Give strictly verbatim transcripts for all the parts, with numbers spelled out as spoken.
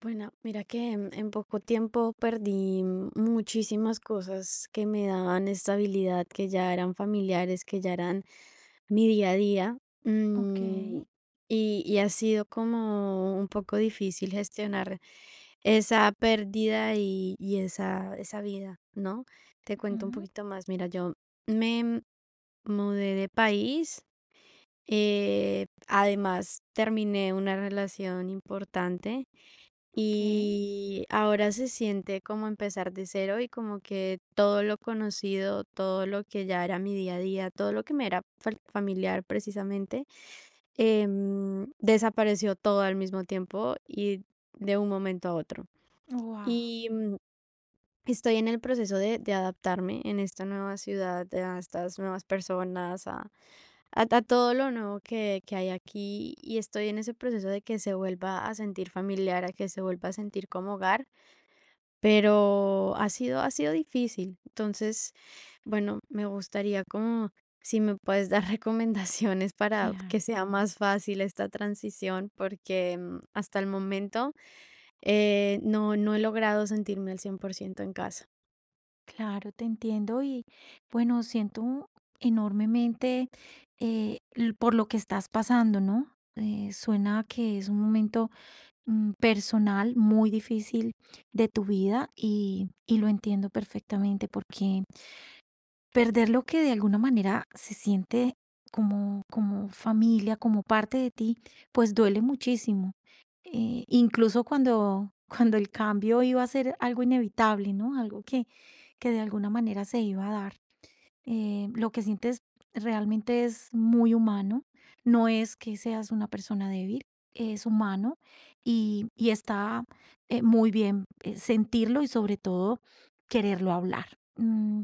Bueno, mira que en en poco tiempo perdí muchísimas cosas que me daban estabilidad, que ya eran familiares, que ya eran mi día a día. Mm, Okey, y, y ha sido como un poco difícil gestionar esa pérdida y, y esa, esa vida, ¿no? Te cuento un ujú, poquito más. Mira, yo me mudé de país. Eh, además, terminé una relación importante okey. y ahora se siente como empezar de cero y como que todo lo conocido, todo lo que ya era mi día a día, todo lo que me era fal- familiar precisamente, em, desapareció todo al mismo tiempo y de un momento a otro. Guau, Y mm, Estoy en el proceso de, de adaptarme en esta nueva ciudad, a estas nuevas personas, a, a- a todo lo nuevo que, que hay aquí y estoy en ese proceso de que se vuelva a sentir familiar, a que se vuelva a sentir como hogar, pero ha sido ha sido difícil. Entonces, bueno, me gustaría como si me puedes dar recomendaciones para claro, que sea más fácil esta transición, porque, mm, hasta el momento, eh, no no he logrado sentirme al cien por ciento en casa. claro, te entiendo y, bueno, siento enormemente, eh, l por lo que estás pasando, ¿no? Eh, suena que es un momento, mm, personal muy difícil de tu vida y y lo entiendo perfectamente porque perder lo que de alguna manera se siente como como familia, como parte de ti, pues duele muchísimo. Eh, incluso cuando cuando el cambio iba a ser algo inevitable, ¿no? Algo que que de alguna manera se iba a dar. Eh, lo que sientes realmente es muy humano. No es que seas una persona débil, es humano y y está, eh, muy bien, eh, sentirlo y sobre todo quererlo hablar. Mm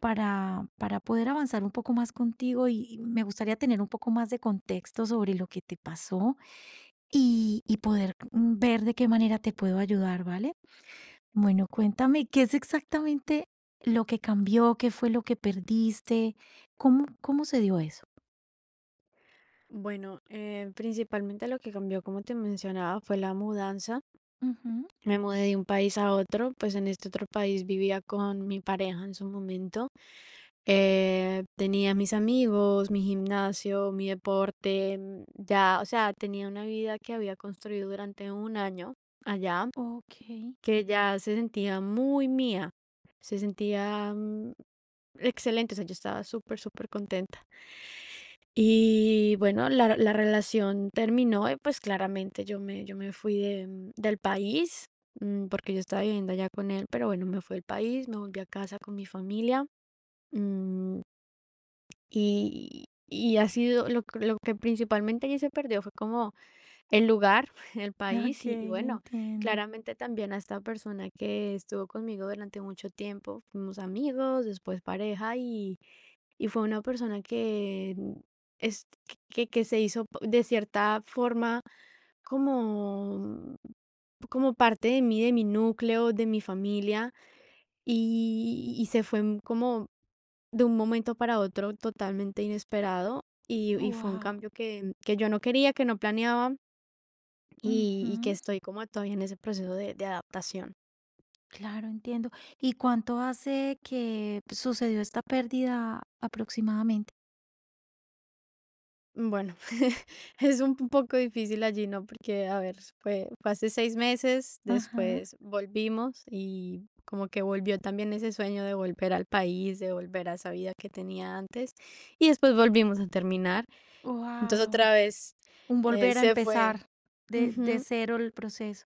para, para poder avanzar un poco más contigo y me gustaría tener un poco más de contexto sobre lo que te pasó y, y poder mm, ver de qué manera te puedo ayudar, ¿vale? Bueno, cuéntame qué es exactamente lo que cambió, qué fue lo que perdiste, cómo, cómo se dio eso. Bueno, eh, principalmente lo que cambió, como te mencionaba, fue la mudanza. Ujú, Me mudé de un país a otro, pues en este otro país vivía con mi pareja en su momento. Eh, tenía mis amigos, mi gimnasio, mi deporte, mm, ya, o sea, tenía una vida que había construido durante un año allá, ok, que ya se sentía muy mía, se sentía mm, excelente, o sea, yo estaba súper, súper contenta. Y bueno, la la relación terminó y, pues, claramente yo me yo me fui de mm, del país, mm, porque yo estaba viviendo allá con él, pero bueno, me fui del país, me volví a casa con mi familia, mm, y y ha sido lo que lo que principalmente allí se perdió fue como el lugar, el ok, país y y bueno, entiendo. claramente también a esta persona que estuvo conmigo durante mucho tiempo, fuimos amigos, después pareja y y fue una persona que mm, es que que se hizo p- de cierta forma como mm, como parte de mí, de mi núcleo, de mi familia, y y se fue m- como de un momento para otro totalmente inesperado, y y fue un Wow. cambio que que yo no quería, que no planeaba, y y Ujú, que estoy como todavía en ese proceso de de adaptación. claro, entiendo. ¿Y cuánto hace que sucedió esta pérdida aproximadamente? Bueno, es un poco difícil allí, ¿no? Porque, a ver, fue, fue hace seis meses, Ajá. después volvimos y como que volvió también ese sueño de volver al país, de volver a esa vida que tenía antes, y después volvimos a terminar. Entonces Wow, otra vez un eh, volver a se fue. empezar de de Ujú. cero el proceso.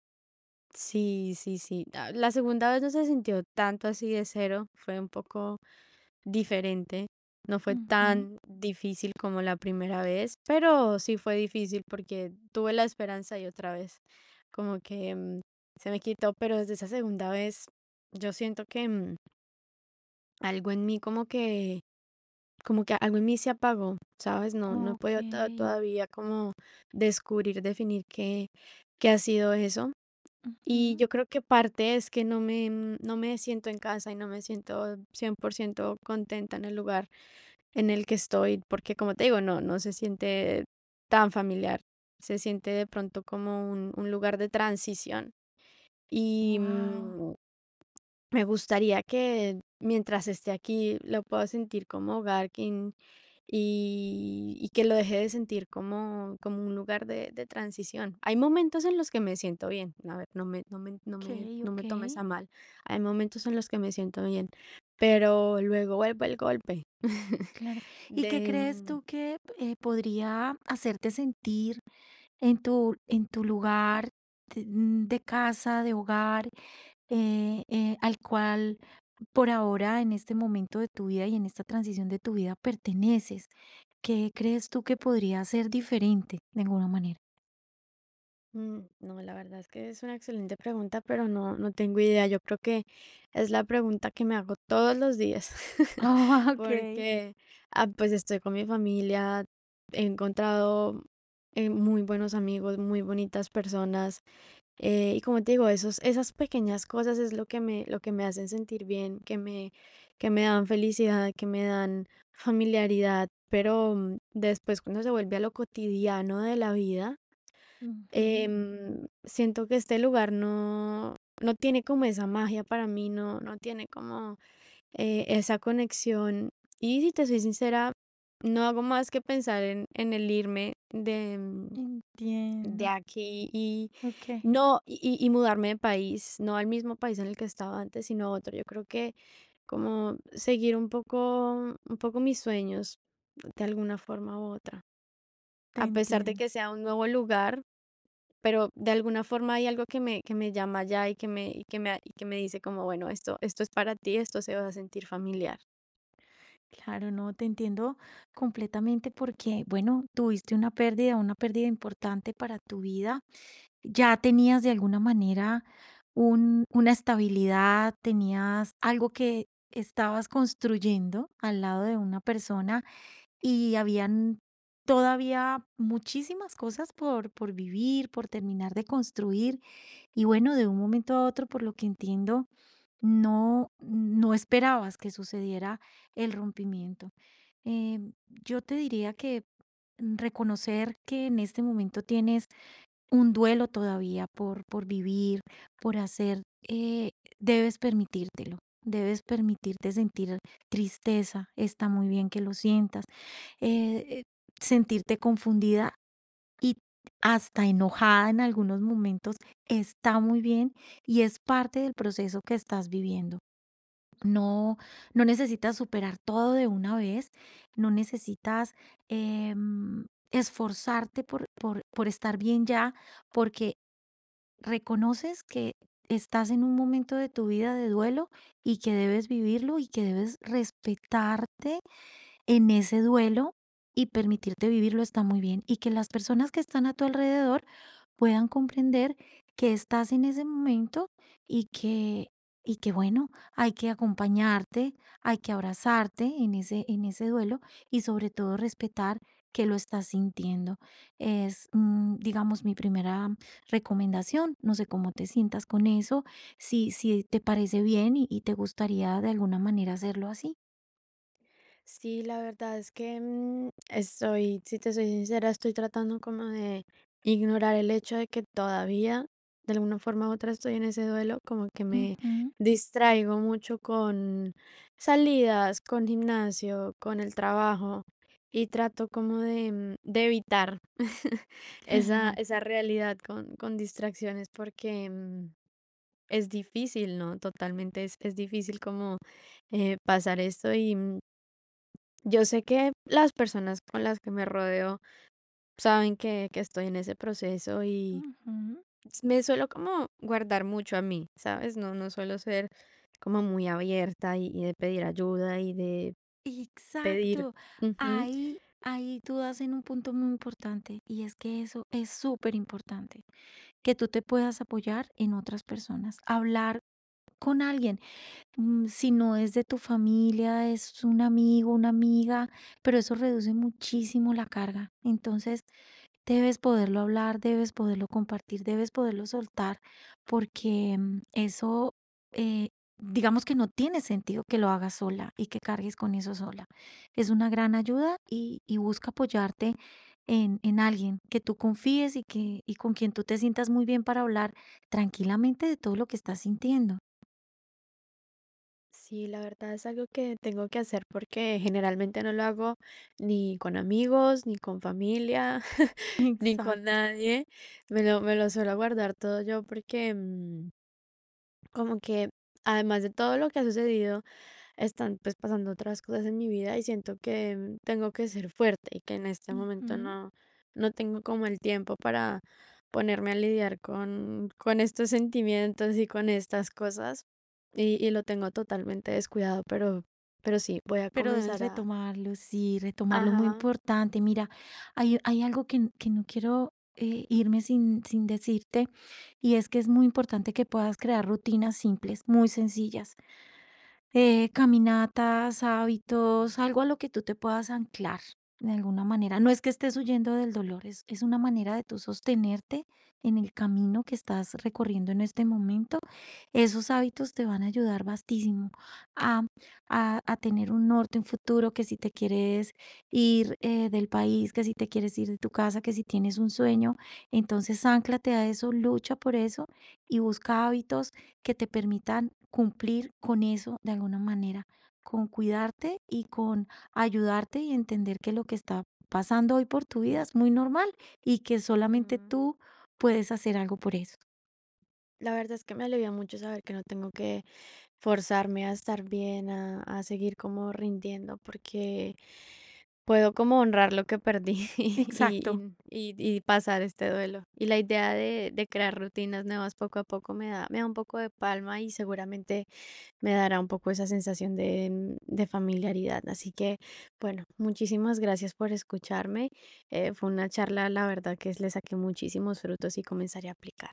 Sí, sí, sí. Ah, la segunda vez no se sintió tanto así de cero, fue un poco diferente. No fue Ujú. tan difícil como la primera vez, pero sí fue difícil porque tuve la esperanza y otra vez como que mm, se me quitó, pero desde esa segunda vez yo siento que mm, algo en mí como que como que algo en mí se apagó, ¿sabes? No no he podido to- Okey. todavía como descubrir, definir qué qué ha sido eso. Y Ujú. yo creo que parte es que no me, mm, no me siento en casa y no me siento cien por ciento contenta en el lugar en el que estoy, porque como te digo, no, no se siente tan familiar, se siente de pronto como un, un lugar de transición. Y Guau. mm, Me gustaría que mientras esté aquí lo pueda sentir como hogar que- y, y que lo deje de sentir como, como un lugar de, de transición. Hay momentos en los que me siento bien, a ver, no me, no me, no me, no me tomes Okey, a mal, hay momentos en los que me siento bien, pero luego vuelve el golpe claro. ¿Y qué de, crees mm, tú que, eh, podría hacerte sentir en tu en tu lugar de mm, de casa, de hogar, eh, eh, al cual por ahora, en este momento de tu vida y en esta transición de tu vida perteneces? ¿Qué crees tú que podría ser diferente de alguna manera? Mm, no, la verdad es que es una excelente pregunta, pero no, no tengo idea. Yo creo que es la pregunta que me hago todos los días, Ah, okey. porque ah, pues estoy con mi familia, he encontrado eh, muy buenos amigos, muy bonitas personas, eh, y como te digo, esos, esas pequeñas cosas es lo que me, lo que me hacen sentir bien, que me, que me dan felicidad, que me dan familiaridad, pero mm, después cuando se vuelve a lo cotidiano de la vida. Ujú. Em, siento que este lugar no, no tiene como esa magia para mí, no, no tiene como eh, esa conexión. Y si te soy sincera, no hago más que pensar en, en el irme de, mm, Entiendo. de aquí y Okey, no, y, y mudarme de país, no al mismo país en el que estaba antes, sino a otro. Yo creo que como seguir un poco, un poco mis sueños de alguna forma u otra. te A pesar de entiendo. que sea un nuevo lugar, pero de alguna forma hay algo que me que me llama ya y que me y que me y que me dice como: "Bueno, esto esto es para ti, esto se va a sentir familiar". Claro, no, te entiendo completamente porque, bueno, tuviste una pérdida, una pérdida importante para tu vida. Ya tenías de alguna manera un una estabilidad, tenías algo que estabas construyendo al lado de una persona y habían todavía muchísimas cosas por, por vivir, por terminar de construir. Y bueno, de un momento a otro, por lo que entiendo, no, no esperabas que sucediera el rompimiento. Eh, yo te diría que reconocer que en este momento tienes un duelo todavía por, por vivir, por hacer, eh, debes permitírtelo. Debes permitirte sentir tristeza, está muy bien que lo sientas, eh, sentirte confundida y hasta enojada en algunos momentos, está muy bien y es parte del proceso que estás viviendo. No, no necesitas superar todo de una vez, no necesitas em, esforzarte por, por, por estar bien ya, porque reconoces que estás en un momento de tu vida de duelo y que debes vivirlo y que debes respetarte en ese duelo y permitirte vivirlo está muy bien. Y que las personas que están a tu alrededor puedan comprender que estás en ese momento y que, y que bueno, hay que acompañarte, hay que abrazarte en ese, en ese duelo y sobre todo respetar que lo estás sintiendo. Es, mm, digamos, mi primera recomendación. No sé cómo te sientas con eso, si, si te parece bien y, y te gustaría de alguna manera hacerlo así. Sí, la verdad es que mm, estoy, si te soy sincera, estoy tratando como de ignorar el hecho de que todavía, de alguna forma u otra, estoy en ese duelo, como que me Ujú. distraigo mucho con salidas, con gimnasio, con el trabajo y trato como de, mm, de evitar esa, Claro. esa realidad con, con distracciones porque mm, es difícil, ¿no? Totalmente es, es difícil como eh, pasar esto y... mm, yo sé que las personas con las que me rodeo saben que, que estoy en ese proceso y Ujú. s- me suelo como guardar mucho a mí, ¿sabes? No, no suelo ser como muy abierta y, y de pedir ayuda y de pedir. Exacto. Ujú. Ahí, ahí tú das en un punto muy importante y es que eso es súper importante, que tú te puedas apoyar en otras personas, hablar con alguien, mm, si no es de tu familia, es un amigo, una amiga, pero eso reduce muchísimo la carga. Entonces, debes poderlo hablar, debes poderlo compartir, debes poderlo soltar, porque mm, eso, eh, digamos que no tiene sentido que lo hagas sola y que cargues con eso sola. Es una gran ayuda y, y busca apoyarte en, en alguien que tú confíes y, que, y con quien tú te sientas muy bien para hablar tranquilamente de todo lo que estás sintiendo. Sí, la verdad es algo que tengo que hacer porque generalmente no lo hago ni con amigos, ni con familia, ni con Exacto. nadie. Me lo, me lo suelo guardar todo yo porque mm, como que además de todo lo que ha sucedido, están pues pasando otras cosas en mi vida y siento que mm, tengo que ser fuerte y que en este momento Ujú. no, no tengo como el tiempo para ponerme a lidiar con, con estos sentimientos y con estas cosas y, y lo tengo totalmente descuidado, pero, pero sí, voy a Pero debes comenzar a... retomarlo, sí, retomarlo, muy Ajá. importante. Mira, hay, hay algo que, n- que no quiero, eh, irme sin, sin decirte y es que es muy importante que puedas crear rutinas simples, muy sencillas. Eh, caminatas, hábitos, algo a lo que tú te puedas anclar de alguna manera. No es que estés huyendo del dolor, es, es una manera de tú sostenerte en el camino que estás recorriendo en este momento. Esos hábitos te van a ayudar bastísimo a, a, a tener un norte, un futuro, que si te quieres ir eh, del país, que si te quieres ir de tu casa, que si tienes un sueño, entonces ánclate a eso, lucha por eso y busca hábitos que te permitan cumplir con eso de alguna manera, con cuidarte y con ayudarte y entender que lo que está pasando hoy por tu vida es muy normal y que solamente Mm. tú puedes hacer algo por eso. La verdad es que me alivia mucho saber que no tengo que forzarme a estar bien, a, a seguir como rindiendo, porque puedo como honrar lo que perdí y, Exacto. y- y- y pasar este duelo. Y la idea de, de crear rutinas nuevas poco a poco me da, me da un poco de palma y seguramente me dará un poco esa sensación de, mm, de familiaridad. Así que, bueno, muchísimas gracias por escucharme. Eh, fue una charla, la verdad, que le saqué muchísimos frutos y comenzaré a aplicar.